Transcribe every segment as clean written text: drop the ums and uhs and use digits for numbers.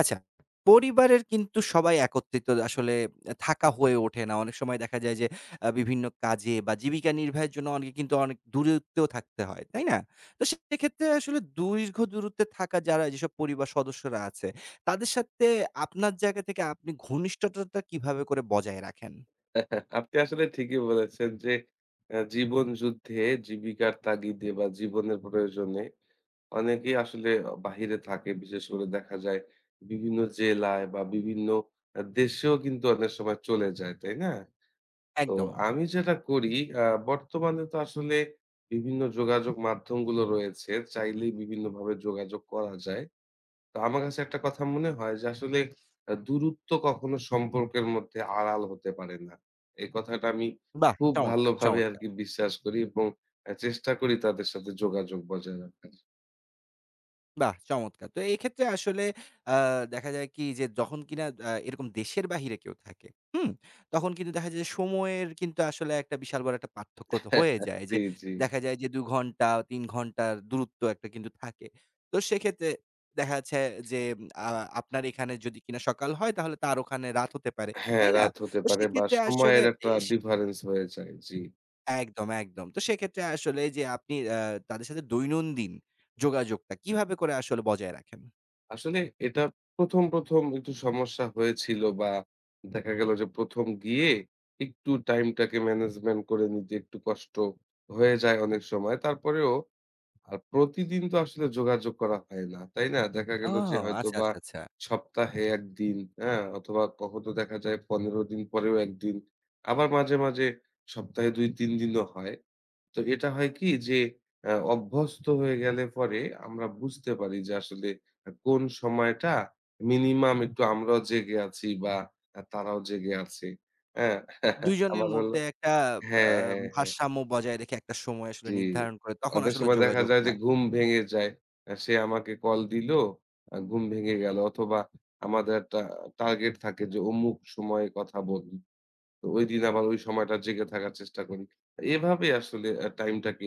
আচ্ছা, পরিবারের কিন্তু সবাই একত্রিত আসলে থাকা হয়ে ওঠে না। অনেক সময় দেখা যায় যে বিভিন্ন কাজে বা জীবিকা নির্বাহের জন্য অনেকে কিন্তু অনেক দূরত্বেও থাকতে হয়। তাই না? তো সেক্ষেত্রে আসলে দীর্ঘ দূরত্বে থাকা যারা যেসব পরিবার সদস্যরা আছে, তাদের সাথে আপনার জায়গা থেকে আপনি ঘনিষ্ঠতাটা কিভাবে করে বজায় রাখেন? আপনি আসলে ঠিকই বলেছেন যে জীবন যুদ্ধে জীবিকার তাগিদে বা জীবনের প্রয়োজনে অনেকেই আসলে বাহিরে থাকে। বিশেষ করে দেখা যায় বিভিন্ন জেলায় বা বিভিন্ন দেশেও কিন্তু অনেক সময় চলে যায়, তাই না? তো একদম। আমি যেটা করি আ বর্তমানে তো আসলে বিভিন্ন যোগাযোগ মাধ্যমগুলো রয়েছে। চাইলেই বিভিন্নভাবে যোগাযোগ করা যায়। তো আমার কাছে একটা কথা মনে হয় যে আসলে দূরত্ব কখনো সম্পর্কের মধ্যে আড়াল হতে পারে না। এই কথাটা আমি বাহ! খুব চমৎকার, ভালোভাবে চমৎকার। আরকি বিশ্বাস করি এবং চেষ্টা করি তাদের সাথে যোগাযোগ বজায় রাখার। বাহ! চমৎকার। তো এক্ষেত্রে আসলে আ দেখা যায় কি যে যখন কিনা এরকম দেশের বাহিরে কেউ থাকে, হুম? তখন কিন্তু দেখা যায় যে সময়ের কিন্তু আসলে একটা বিশাল বড় একটা পার্থক্য তো হয়ে যায় যে জি, জি। দেখা যায় যে ২ ঘন্টা ৩ ঘন্টার দূরত্ব একটা কিন্তু থাকে। তো সেক্ষেত্রে দেখা যাচ্ছে যে আ আপনার এখানে যদি কিনা সকাল হয় তাহলে তার ওখানে রাত হতে পারে। হ্যাঁ, তাই না? রাত হতে তো পারে বা সেক্ষেত্রে আসলে সময়ের একটা এস ডিফারেন্স হয়ে যায়। জি। একদম, একদম। তো সেক্ষেত্রে আসলে যে আপনি তাদের সাথে দৈনন্দিন যোগাযোগটা কিভাবে করে আসলে বজায় রাখেন? আসলে এটা ১ম একটু সমস্যা হয়েছিল বা দেখা গেল যে ১ম গিয়ে একটু টাইমটাকে ম্যানেজমেন্ট করে নিতে একটু কষ্ট হয়ে যায় অনেক সময়। তারপরেও আর প্রতিদিন তো আসলে যোগাযোগ করা হয় না। তাই না? দেখা ও! গেল যে আচ্ছা, হয়তোবা আচ্ছা, আচ্ছা। সপ্তাহে ১ দিন, হ্যাঁ? অথবা কখনো দেখা যায় ১৫ দিন পরেও ১ দিন। আবার মাঝে, মাঝে সপ্তাহে ২-৩ দিনও হয়। তো এটা হয় কি যে অভ্যস্ত হয়ে গেলে পরে আমরা বুঝতে পারি যে আসলে কোন সময়টা মিনিমাম একটু আমরাও জেগে আছি বা তারাও জেগে আছে। হ্যাঁ? ২ জনের আবার হলো মধ্যে একটা আ হ্যাঁ, হ্যাঁ, হ্যাঁ। ভারসাম্য বজায় রেখে একটা সময় আসলে জি, নির্ধারণ করে তখন অনেক আসলে সময় দেখা যায় যোগাযোগটা। যে ঘুম ভেঙে যায়। সে আমাকে কল দিল, ঘুম ভেঙে গেল অথবা আমাদের একটা টার্গেট থাকে যে অমুক সময়ে কথা বলি। তো ঐদিন আবার ওই সময়টা জেগে থাকার চেষ্টা করি। এভাবে আসলে টাইমটাকে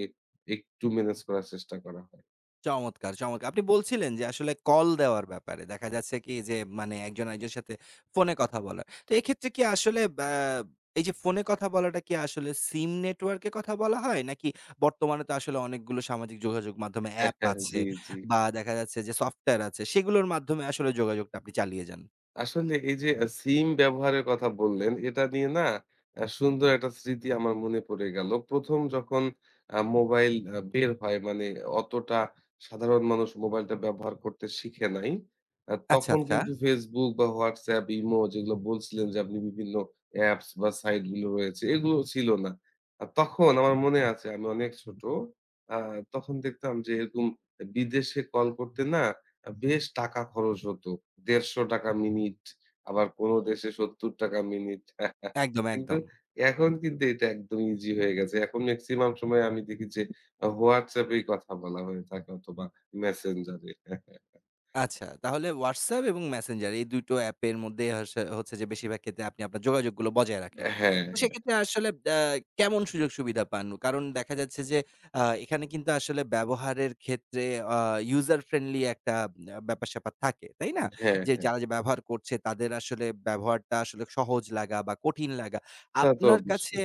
একটু মেনেজ করার চেষ্টা করা হয়। চমৎকার, চমৎকার। আপনি বলছিলেন যে আসলে কল দেওয়ার ব্যাপারে দেখা যাচ্ছে কি যে মানে একজন আরেকজনের সাথে ফোনে কথা বলা। তো এক্ষেত্রে কি আসলে এই যে ফোনে কথা বলাটা কি আসলে সিম নেটওয়ার্কে কথা বলা হয়? নাকি বর্তমানে তো আসলে অনেকগুলো সামাজিক যোগাযোগ মাধ্যমে অ্যাপ আছে জি, জি। বা দেখা যাচ্ছে যে সফটওয়্যার আছে সেগুলোর মাধ্যমে আসলে যোগাযোগটা আপনি চালিয়ে যান? আসলে এই যে সিম ব্যবহারের কথা বললেন, এটা নিয়ে না সুন্দর একটা স্মৃতি আমার মনে পড়ে গেল। ১ম যখন মোবাইল বের হয় মানে অতটা সাধারণ মানুষ মোবাইলটা ব্যবহার করতে শিখে নাই। আচ্ছা, তখন আচ্ছা। কিন্তু Facebook বা WhatsApp, ইমো যেগুলো বলছিলেন যে আপনি বিভিন্ন অ্যাপস বা সাইট গুলো রয়েছে, এগুলো ছিল না। আর তখন আমার মনে আছে আমি অনেক ছোট। আ তখন দেখতাম যে এরকম বিদেশে কল করতে না বেশ টাকা খরচ হতো। ৳১৫০ মিনিট, আবার কোনো দেশে ৳৭০ মিনিট। একদম, কিন্তু একদম। এখন কিন্তু এটা একদম ইজি হয়ে গেছে। এখন মেক্সিমাম সময় আমি দেখি যে WhatsApp এই কথা বলা হয়ে থাকে অথবা Messenger এ আচ্ছা, তাহলে WhatsApp এবং Messenger এই ২ টো অ্যাপের মধ্যে হচ্ছে যে বেশিরভাগ ক্ষেত্রে আপনি আপনার যোগাযোগগুলো বজায় রাখেন। হ্যাঁ, তো হ্যাঁ। সেক্ষেত্রে আসলে আ কেমন সুযোগ সুবিধা পান? কারণ দেখা যাচ্ছে যে এখানে কিন্তু আসলে ব্যবহারের ক্ষেত্রে আ user friendly একটা ব্যাপার-স্যাপার থাকে, তাই না? হ্যাঁ, যে হ্যাঁ। যারা যে ব্যবহার করছে তাদের আসলে ব্যবহারটা আসলে সহজ লাগা বা কঠিন লাগা। তা তো আপনার কাছে অবশ্যই।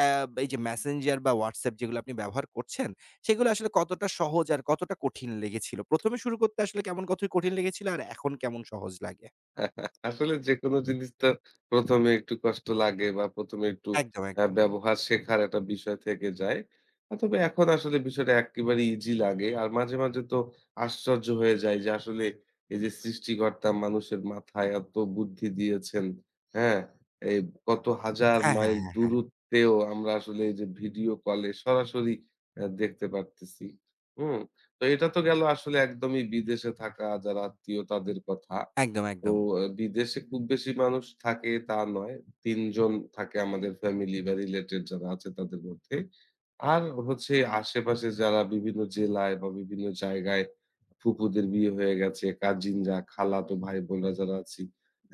অ্যা এই যে Messenger বা WhatsApp যেগুলো আপনি ব্যবহার করছেন সেগুলো আসলে কতটা সহজ আর কতটা কঠিন লেগেছিল? ১ম এ শুরু করতে আসলে কেমন কঠিন লেগেছিল আর এখন কেমন সহজ লাগে? আসলে যেকোনো জিনিস তার ১ম এ একটু কষ্ট লাগে বা ১ম এ একটু একদম, একদম। ব্যবহার শেখার একটা বিষয় থেকে যায়। তবে এখন আসলে বিষয়টা একেবারে ইজি লাগে। আর মাঝে, মাঝে তো আশ্চর্য হয়ে যায় যে আসলে এই যে সৃষ্টিকর্তা মানুষের মাথায় এত বুদ্ধি দিয়েছেন, হ্যাঁ? এই কত হাজার হ্যাঁ, হ্যাঁ, মাইল হ্যাঁ, হ্যাঁ। দূরত্বেও আমরা আসলে এই যে ভিডিও কলে সরাসরি দেখতে পারতেছি। হুম? তো এটা তো গেল আসলে একদমই বিদেশে থাকা যারা আত্মীয় তাদের কথা। একদম, তো একদম। বিদেশে খুব বেশি মানুষ থাকে তা নয়। ৩ জন থাকে আমাদের ফ্যামিলি বা রিলেটেড যারা আছে তাদের মধ্যে। আর হচ্ছে আশেপাশে যারা বিভিন্ন জেলায় বা বিভিন্ন জায়গায় ফুপুদের বিয়ে হয়ে গেছে, কাজিনরা, খালাতো ভাই-বোনরা যারা আছি,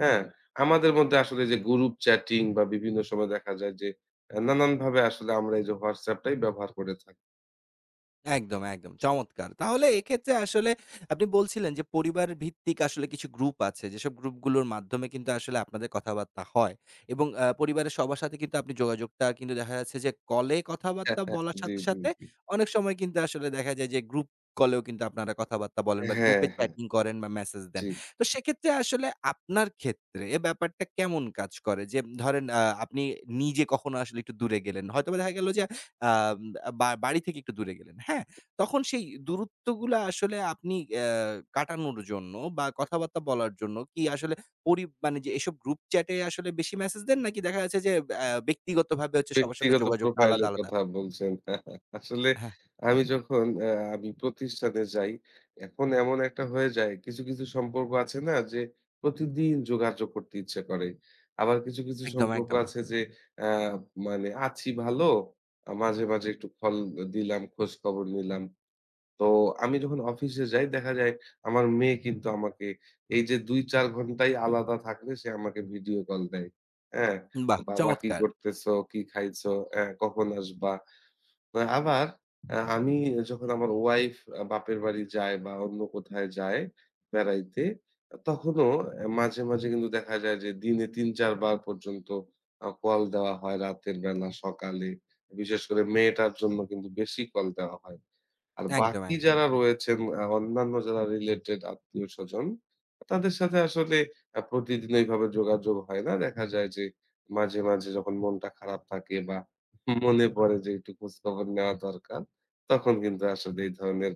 হ্যাঁ? আমাদের মধ্যে আসলে যে গ্রুপ চ্যাটিং বা বিভিন্ন সময় দেখা যায় যে নানানভাবে আসলে আমরা এই যে WhatsApp টাই ব্যবহার করে থাকি। একদম, একদম। চমৎকার! তাহলে এক্ষেত্রে আসলে আপনি বলছিলেন যে পরিবার ভিত্তিক আসলে কিছু গ্রুপ আছে। যেসব গ্রুপগুলোর মাধ্যমে কিন্তু আসলে আপনাদের কথাবার্তা হয় এবং পরিবারের সবার সাথে কিন্তু আপনি যোগাযোগটা কিন্তু দেখা যাচ্ছে যে কলে কথাবার্তা বলার জি, সাথে, জি, সাথে জি। অনেক সময় কিন্তু আসলে দেখা যায় যে গ্রুপ কলেও কিন্তু আপনারা কথাবার্তা বলেন বা হ্যাঁ, গ্রুপে হ্যাঁ। চ্যাটিং করেন বা মেসেজ দেন। ঠিক। তো সেক্ষেত্রে আসলে আপনার ক্ষেত্রে এ ব্যাপারটা কেমন কাজ করে? যে ধরেন আপনি নিজে কখনো আসলে একটু দূরে গেলেন। হয়তোবা দেখা গেল যে আ আ বা বাড়ি থেকে একটু দূরে গেলেন। হ্যাঁ? তখন সেই দূরত্বগুলা আসলে আপনি কাটানোর জন্য বা কথাবার্তা বলার জন্য কি আসলে মানে যে এসব গ্রুপ চ্যাটে আসলে বেশি মেসেজ দেন নাকি দেখা যাচ্ছে যে ব্যক্তিগতভাবে হচ্ছে সবার সাথে ব্যক্তিগত যোগাযোগটা আলাদা, প্রোফাইলের আলাদা? কথা বলছেন। আসলে হ্যাঁ, আমি যখন আমি প্রতিষ্ঠানে যাই, এখন এমন একটা হয়ে যায় কিছু, কিছু সম্পর্ক আছে না যে প্রতিদিন যোগাযোগ করতে ইচ্ছে করে। আবার কিছু, কিছু একদম, সম্পর্ক একদম। আছে যে আ মানে আছি ভালো, মাঝে, মাঝে একটু দিলাম, খোঁজখবর নিলাম। তো আমি যখন অফিসে যাই দেখা যায় আমার মেয়ে কিন্তু আমাকে এই যে ২-৪ ঘন্টাই আলাদা থাকলে সে আমাকে ভিডিও কল দেয়। হ্যাঁ? বাহ! "বাবা কি চমৎকার। করতেছো? কি খাইছো? কখন আসবা?" আবার আমি যখন আমার ওয়াইফ বাপের বাড়ি যায় বা অন্য কোথায় যায় বেড়াইতে, তখনও মাঝে, মাঝে কিন্তু দেখা যায় যে দিনে ৩-৪ বার পর্যন্ত কল দেওয়া হয় রাতের বেলা, সকালে। বিশেষ করে মেয়েটার জন্য কিন্তু বেশি কল দেওয়া হয়। আর একদম, বাকি একদম। যারা রয়েছেন অন্যান্য যারা রিলেটেড আত্মীয়স্বজন, তাদের সাথে আসলে প্রতিদিন ওইভাবে যোগাযোগ হয় না। দেখা যায় যে মাঝে, মাঝে যখন মনটা খারাপ থাকে বা মনে পড়ে যে একটু খোঁজখবর নেওয়া দরকার। তখন কিন্তু আসলে এই ধরনের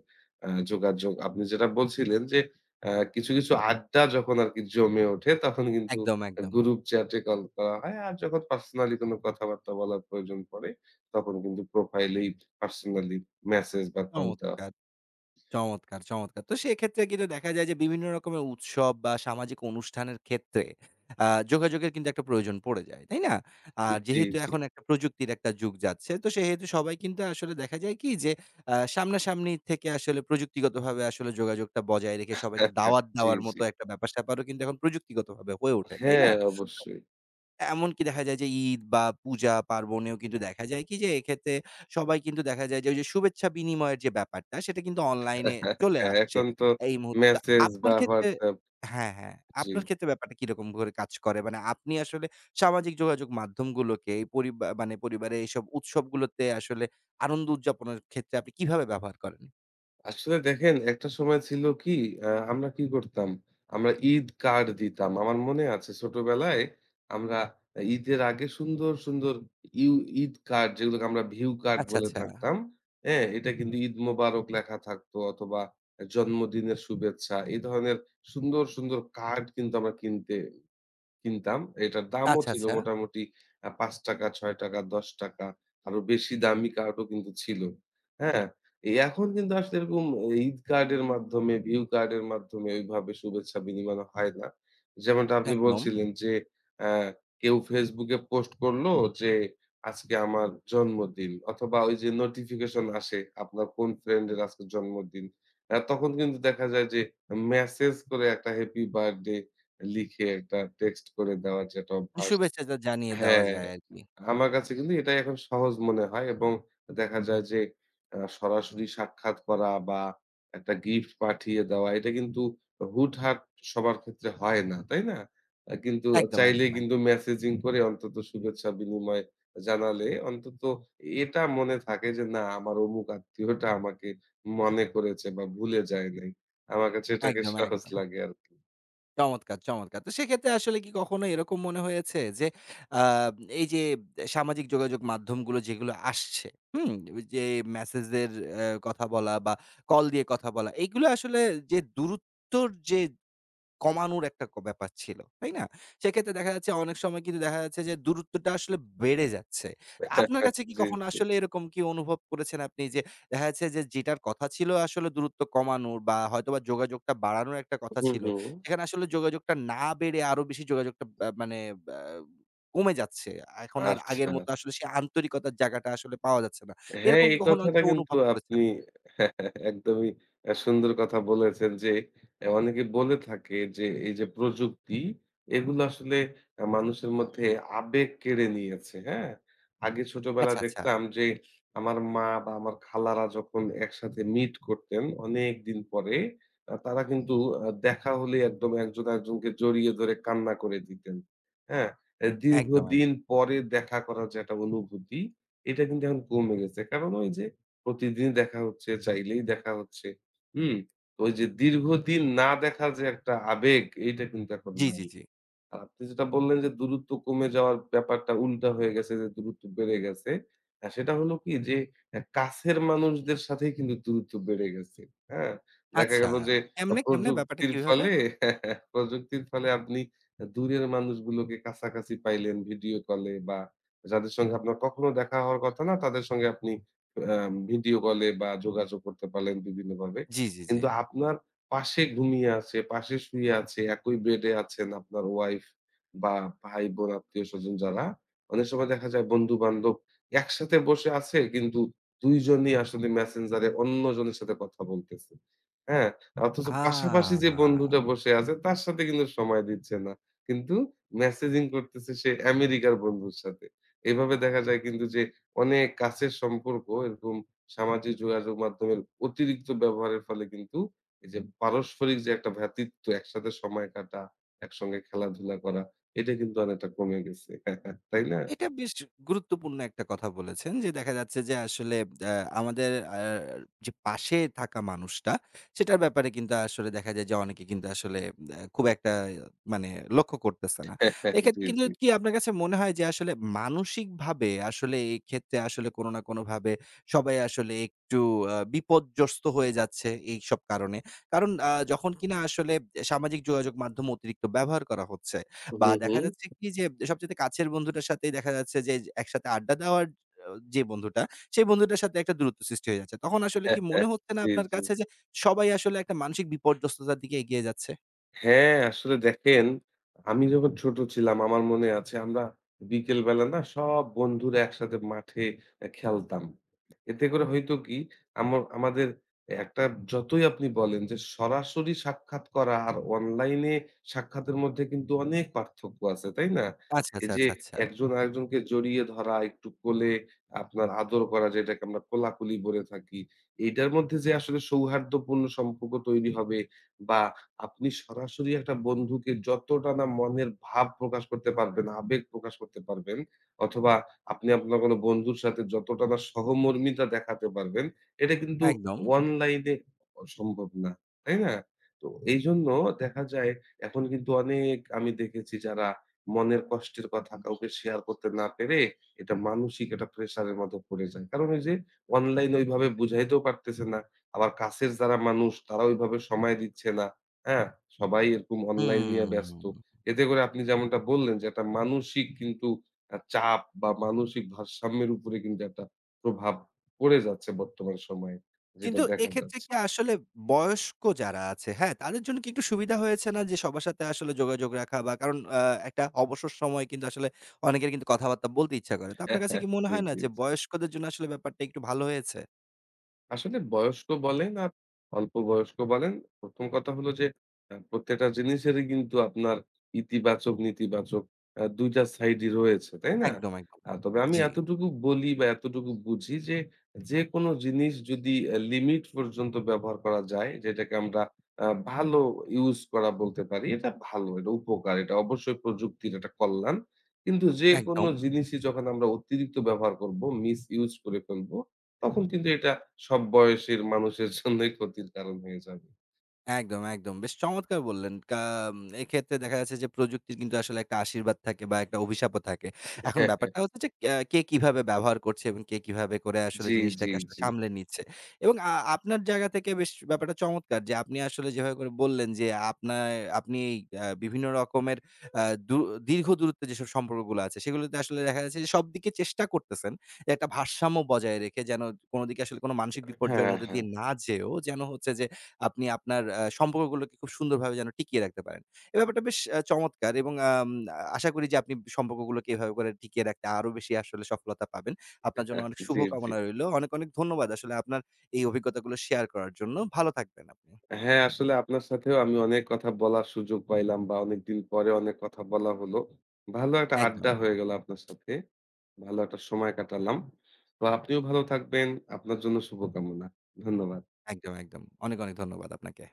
যোগাযোগ আপনি যেটা বলছিলেন যে আ কিছু, কিছু আড্ডা যখন আরকি জমে ওঠে তখন কিন্তু একদম, একদম। গ্রুপ চ্যাটে কল করা হয়। আর যখন পার্সোনালি কোনো কথাবার্তা বলার প্রয়োজন পড়ে তখন কিন্তু প্রোফাইলেই পার্সোনালি মেসেজ বা কল দেওয়া হয়। চমৎকার। চমৎকার, চমৎকার। তো সেক্ষেত্রে কিন্তু দেখা যায় যে বিভিন্ন রকমের উৎসব বা সামাজিক অনুষ্ঠানের ক্ষেত্রে যোগাযোগের কিন্তু একটা প্রয়োজন পড়ে যায়। তাই না? আর জি, যেহেতু জি। এখন একটা প্রযুক্তির একটা যুগ যাচ্ছে, তো সেহেতু সবাই কিন্তু আসলে দেখা যায় কি যে সামনাসামনি থেকে আসলে প্রযুক্তিগতভাবে আসলে যোগাযোগটা বজায় রেখে সবাইকে দাওয়াত জি, দেওয়ার জি। মতো একটা ব্যাপার-স্যাপারও কিন্তু এখন প্রযুক্তিগতভাবে হয়ে ওঠে। তাই হ্যাঁ, না? অবশ্যই। এমনকি দেখা যায় যে ঈদ বা পূজা-পার্বণেও কিন্তু দেখা যায় কি যে এক্ষেত্রে সবাই কিন্তু দেখা যায় যে ওই যে শুভেচ্ছা বিনিময়ের যে ব্যাপারটা সেটা কিন্তু অনলাইনে চলে হ্যাঁ, আসছে এখন তো এই মুহূর্তে। তো মেসেজ আপনার বা ক্ষেত্রে WhatsApp হ্যাঁ, হ্যাঁ। জি। আপনার ক্ষেত্রে ব্যাপারটা কিরকম করে কাজ করে? মানে আপনি আসলে সামাজিক যোগাযোগ মাধ্যমগুলোকে এই মানে পরিবারে এইসব উৎসবগুলোতে আসলে আনন্দ উদযাপনের ক্ষেত্রে আপনি কিভাবে ব্যবহার করেন? আসলে দেখেন একটা সময় ছিল কি আমরা কি করতাম? আমরা ঈদ কার্ড দিতাম। আমার মনে আছে ছোটবেলায় আমরা ঈদের আগে সুন্দর, সুন্দর ইউ ঈদ কার্ড যেগুলোকে আমরা ভিউ কার্ড আচ্ছা, বলে আচ্ছা। থাকতাম। হ্যাঁ? এটা কিন্তু ঈদ মোবারক লেখা থাকতো অথবা জন্মদিনের শুভেচ্ছা। এই ধরনের সুন্দর, সুন্দর কার্ড কিন্তু আমরা কিনতাম। এটার দামও আচ্ছা, ছিল আচ্ছা। মোটামুটি ৳৫, ৳৬, ৳১০ আরো বেশি দামি কার্ডও কিন্তু ছিল। হ্যাঁ? এখন কিন্তু আসলে এরকম ঈদ কার্ডের মাধ্যমে, ভিউ কার্ডের মাধ্যমে ওইভাবে শুভেচ্ছা বিনিময় হয় না। যেমনটা আপনি একদম। বলছিলেন যে, অ্যা কেউ Facebook এ পোস্ট করলো যে, আজকে আমার জন্মদিন অথবা ওই যে নোটিফিকেশন আসে আপনার কোন ফ্রেন্ডের আজকে জন্মদিন। তখন কিন্তু দেখা যায় যে মেসেজ করে একটা হ্যাপি বার্থডে লিখে একটা টেক্সট করে দেওয়ার যে একটা অভ্যাস। শুভেচ্ছাটা জানিয়ে দেওয়া হ্যাঁ, যায় আরকি। আমার কাছে কিন্তু এটাই এখন সহজ মনে হয় এবং দেখা যায় যে সরাসরি সাক্ষাৎ করা বা একটা গিফট পাঠিয়ে দেওয়া এটা কিন্তু হুটহাট সবার ক্ষেত্রে হয় না, তাই না? কিন্তু একদম, চাইলেই একদম, কিন্তু একদম। মেসেজিং করে অন্তত শুভেচ্ছা বিনিময় জানালে অন্তত এটা মনে থাকে যে না আমার অমুক আত্মীয়টা আমাকে মনে করেছে বা ভুলে যায় নাই। আমার কাছে এটাকে একদম, সহজ একদম। লাগে আরকি। চমৎকার, চমৎকার। তো সেক্ষেত্রে আসলে কি কখনো এরকম মনে হয়েছে যে, আ এই যে সামাজিক যোগাযোগ মাধ্যমগুলো যেগুলো আসছে, হুম? ওই যে মেসেজের কথা বলা বা কল দিয়ে কথা বলা, এগুলো আসলে যে দূরত্বর যে কমানোর একটা ব্যাপার ছিল। তাই না? সেক্ষেত্রে দেখা যাচ্ছে অনেক সময় কিন্তু দেখা যাচ্ছে যে দূরত্বটা আসলে বেড়ে যাচ্ছে। তা আপনার কাছে কি জি, কখনো জি। আসলে এরকম কি অনুভব করেছেন আপনি যে দেখা যাচ্ছে যে যেটার কথা ছিল আসলে দূরত্ব কমানোর বা হয়তোবা যোগাযোগটা বাড়ানোর একটা কথা হুম, ছিল। হুম। সেখানে আসলে যোগাযোগটা না বেড়ে আরো বেশি যোগাযোগটা মানে ব্যা কমে যাচ্ছে। এখন আর আগের আচ্ছা। মতো আসলে সেই আন্তরিকতার জায়গাটা আসলে পাওয়া যাচ্ছে না। হ্যাঁ, এরকম কি এই কখনো কথাটা একটা কিন্তু অনুভব আপনি করেছেন? একদমই সুন্দর কথা বলেছেন যে, অনেকে বলে থাকে যে, এই যে প্রযুক্তি, এগুলো আসলে মানুষের মধ্যে আবেগ কেড়ে নিয়েছে, হ্যাঁ? আগে ছোটবেলায় আচ্ছা, আচ্ছা। দেখতাম যে, আমার মা বা আমার খালারা যখন একসাথে মিট করতেন অনেকদিন পরে, তারা কিন্তু দেখা হলেই একদম একজন আরেকজনকে জড়িয়ে ধরে কান্না করে দিতেন, হ্যাঁ? একদম, একদম। দীর্ঘদিন পরে দেখা করার যে একটা অনুভূতি এটা কিন্তু এখন কমে গেছে। কারণ ওই যে প্রতিদিন দেখা হচ্ছে, চাইলেই দেখা হচ্ছে। হুম? তো ওই যে দীর্ঘদিন না দেখা যে একটা আবেগ, এইটা কিন্তু এখন জি, নাই। জি, জি। আপনি যেটা বললেন যে দূরত্ব কমে যাওয়ার ব্যাপারটা উল্টা হয়ে গেছে যে দূরত্ব বেড়ে গেছে। সেটা হলো কি যে কাছের মানুষদের সাথেই কিন্তু দূরত্ব বেড়ে গেছে। হ্যাঁ? দেখা আচ্ছা। গেল যে এমনে কেমনে ব্যাপারটা প্রযুক্তির কিভাবে? ফলে প্রযুক্তির ফলে আপনি দূরের মানুষগুলোকে কাছাকাছি পাইলেন ভিডিও কলে বা যাদের সঙ্গে আপনার কখনো দেখা হওয়ার কথা না তাদের সঙ্গে আপনি আ ভিডিও কলে বা যোগাযোগ করতে পারলেন বিভিন্নভাবে। জি, জি, জি। কিন্তু আপনার পাশে ঘুমিয়ে আছে, পাশে শুয়ে আছে, একই বেডে আছেন আপনার ওয়াইফ বা ভাই-বোন, আত্মীয়স্বজন যারা। অনেক সময় দেখা যায় বন্ধু-বান্ধব একসাথে বসে আছে কিন্তু ২ জনই আসলে মেসেঞ্জারে অন্যজনের সাথে কথা বলতেছে। হ্যাঁ? অথচ পাশাপাশি আ যে বন্ধুটা বসে আছে তার সাথে কিন্তু সময় দিচ্ছে না। কিন্তু মেসেজিং করতেছে সে আমেরিকার বন্ধুর সাথে। এভাবে দেখা যায় কিন্তু যে অনেক কাছের সম্পর্ক এরকম সামাজিক যোগাযোগ মাধ্যমের অতিরিক্ত ব্যবহারের ফলে কিন্তু এই যে পারস্পরিক যে একটা ভ্রাতৃত্ব, একসাথে সময় কাটা, একসঙ্গে খেলাধুলা করা, এটা কিন্তু অনেকটা কমে গেছে। তাই না? এটা বেশ গুরুত্বপূর্ণ একটা কথা বলেছেন যে দেখা যাচ্ছে যে আসলে অ্যা আমাদের আ যে পাশে থাকা মানুষটা সেটার ব্যাপারে কিন্তু আসলে দেখা যায় যে অনেকে কিন্তু আসলে খুব একটা মানে লক্ষ্য করতেছে না। জি, এক্ষেত্রে কিন্তু জি। কি আপনার কাছে মনে হয় যে আসলে মানসিকভাবে আসলে এক্ষেত্রে আসলে কোনো না কোনোভাবে সবাই আসলে একটু বিপর্যস্ত হয়ে যাচ্ছে এইসব কারণে। কারণ যখন কিনা আসলে সামাজিক যোগাযোগ মাধ্যম অতিরিক্ত ব্যবহার করা হচ্ছে হুম, বা দেখা হুম। যাচ্ছে কি যে সবচাইতে কাছের বন্ধুটার সাথেই দেখা যাচ্ছে যে একসাথে আড্ডা দেওয়ার আ যে বন্ধুটা, সেই বন্ধুটার সাথে একটা দূরত্ব সৃষ্টি হয়ে যাচ্ছে। তখন আসলে কি মনে হচ্ছে না জি, আপনার জি। কাছে যে সবাই আসলে একটা মানসিক বিপর্যস্ততার দিকে এগিয়ে যাচ্ছে? হ্যাঁ, আসলে দেখেন আমি যখন ছোট ছিলাম আমার মনে আছে আমরা বিকেল বেলা না সব বন্ধুরা একসাথে মাঠে খেলতাম। এতে করে হইতো কি আমাদের একটা যতই আপনি বলেন যে সরাসরি সাক্ষাৎ করা আর অনলাইনে সাক্ষাতের মধ্যে কিন্তু অনেক পার্থক্য আছে, তাই না? আচ্ছা, এই আচ্ছা, যে আচ্ছা, আচ্ছা। একজন আরেকজনকে জড়িয়ে ধরা, একটু কোলে আপনার আদর করা যেটাকে আমরা কোলাকুলি বলে থাকি। এইটার মধ্যে যে আসলে সৌহার্দ্যপূর্ণ সম্পর্ক তৈরি হবে বা আপনি সরাসরি একটা বন্ধুকে যতটা না মনের ভাব প্রকাশ করতে পারবেন, আবেগ প্রকাশ করতে পারবেন অথবা আপনি আপনার কোনো বন্ধুর সাথে যতটা না সহমর্মিতা দেখাতে পারবেন, এটা কিন্তু একদম। অনলাইনে সম্ভব না। তাই না? তো এইজন্য দেখা যায় এখন কিন্তু অনেক আমি দেখেছি যারা মনের কষ্টের কথা কাউকে শেয়ার করতে না পেরে এটা মানসিক একটা প্রেশারের মধ্যে পড়ে যায়। কারণ ওই যে অনলাইন ওইভাবে বুঝাইতেও পারতেছে না। আবার কাছের যারা মানুষ তারা ওইভাবে সময় দিচ্ছে না। হ্যাঁ? সবাই এরকম অনলাইন নিয়ে ব্যস্ত। হুম। এতে করে আপনি যেমনটা বললেন যে একটা মানসিক কিন্তু চাপ বা মানসিক ভারসাম্যের উপরে কিন্তু একটা প্রভাব পড়ে যাচ্ছে বর্তমান সময়ে। যেটা কিন্তু দেখা এক্ষেত্রে যাচ্ছে। কি আসলে বয়স্ক যারা আছে, হ্যাঁ? তাদের জন্য কি একটু সুবিধা হয়েছে না যে সবার সাথে আসলে যোগাযোগ রাখা বা কারণ একটা অবসর সময় কিন্তু আসলে অনেকের কিন্তু কথাবার্তা বলতে ইচ্ছা করে। তো আপনার কাছে কি মনে হয় জি, না জি। যে বয়স্কদের জন্য আসলে ব্যাপারটা একটু ভালো হয়েছে? আসলে বয়স্ক বলেন আর অল্প বয়স্ক বলেন, ১ম কথা হলো যে প্রত্যেকটা জিনিসেরই কিন্তু আপনার ইতিবাচক, নেতিবাচক ২ টা সাইডই রয়েছে, তাই না? একদম, একদম। তবে আমি জি, এতটুকু বলি বা এতটুকু বুঝি যে, যেকোনো জিনিস যদি লিমিট পর্যন্ত ব্যবহার করা যায়, যেটাকে আমরা ভালো ইউজ করা বলতে পারি, এটা ভালো, এটা উপকার, এটা অবশ্যই প্রযুক্তির একটা কল্যাণ। কিন্তু যেকোনো একদম। জিনিসই যখন আমরা অতিরিক্ত ব্যবহার করব, মিস ইউজ করে ফেলবো তখন কিন্তু এটা সব বয়সের মানুষের জন্যই ক্ষতির কারণ হয়ে যাবে। একদম, একদম। বেশ চমৎকার বললেন। এক্ষেত্রে দেখা যাচ্ছে যে প্রযুক্তির কিন্তু আসলে একটা আশীর্বাদ থাকে বা একটা অভিশাপও থাকে। এখন হ্যাঁ, হ্যাঁ। ব্যাপারটা হচ্ছে যে কে কিভাবে ব্যবহার করছে এবং কে কিভাবে করে আসলে জি, জি, জিনিসটাকে আসলে জি। সামলে নিচ্ছে। এবং আপনার জায়গা থেকে বেশ ব্যাপারটা চমৎকার যে আপনি আসলে যেভাবে করে বললেন যে আপনার আপনি বিভিন্ন রকমের আ দু দীর্ঘ দূরত্বে যেসব সম্পর্কগুলো আছে সেগুলোতে আসলে দেখা যাচ্ছে যে সবদিকে চেষ্টা করতেছেন যে একটা ভারসাম্য বজায় রেখে যেন কোন দিকে আসলে কোন মানসিক বিপর্যয়ের হ্যাঁ, মধ্যে হ্যাঁ। দিয়ে না যেয়েও যেন হচ্ছে যে আপনি আপনার সম্পর্কগুলোকে খুব সুন্দরভাবে যেন টিকিয়ে রাখতে পারেন। এই ব্যাপারটা বেশ চমৎকার এবং আশা করি যে আপনি সম্পর্কগুলোকে এভাবে করে টিকিয়ে রাখতে আরো বেশি আসলে সফলতা পাবেন। আপনার জন্য অনেক জি, জি। শুভকামনা রইল। অনেক, অনেক ধন্যবাদ আসলে আপনার এই অভিজ্ঞতাগুলো শেয়ার করার জন্য। ভালো থাকবেন আপনি। হ্যাঁ, আসলে আপনার সাথেও আমি অনেক কথা বলার সুযোগ পাইলাম বা অনেকদিন পরে অনেক কথা বলা হলো। ভালো একটা আড্ডা একদম, হয়ে গেল আপনার সাথে। ভালো একটা সময় কাটালাম। তো আপনিও ভালো থাকবেন। আপনার জন্য শুভকামনা। ধন্যবাদ। একদম, একদম। অনেক, অনেক ধন্যবাদ আপনাকে।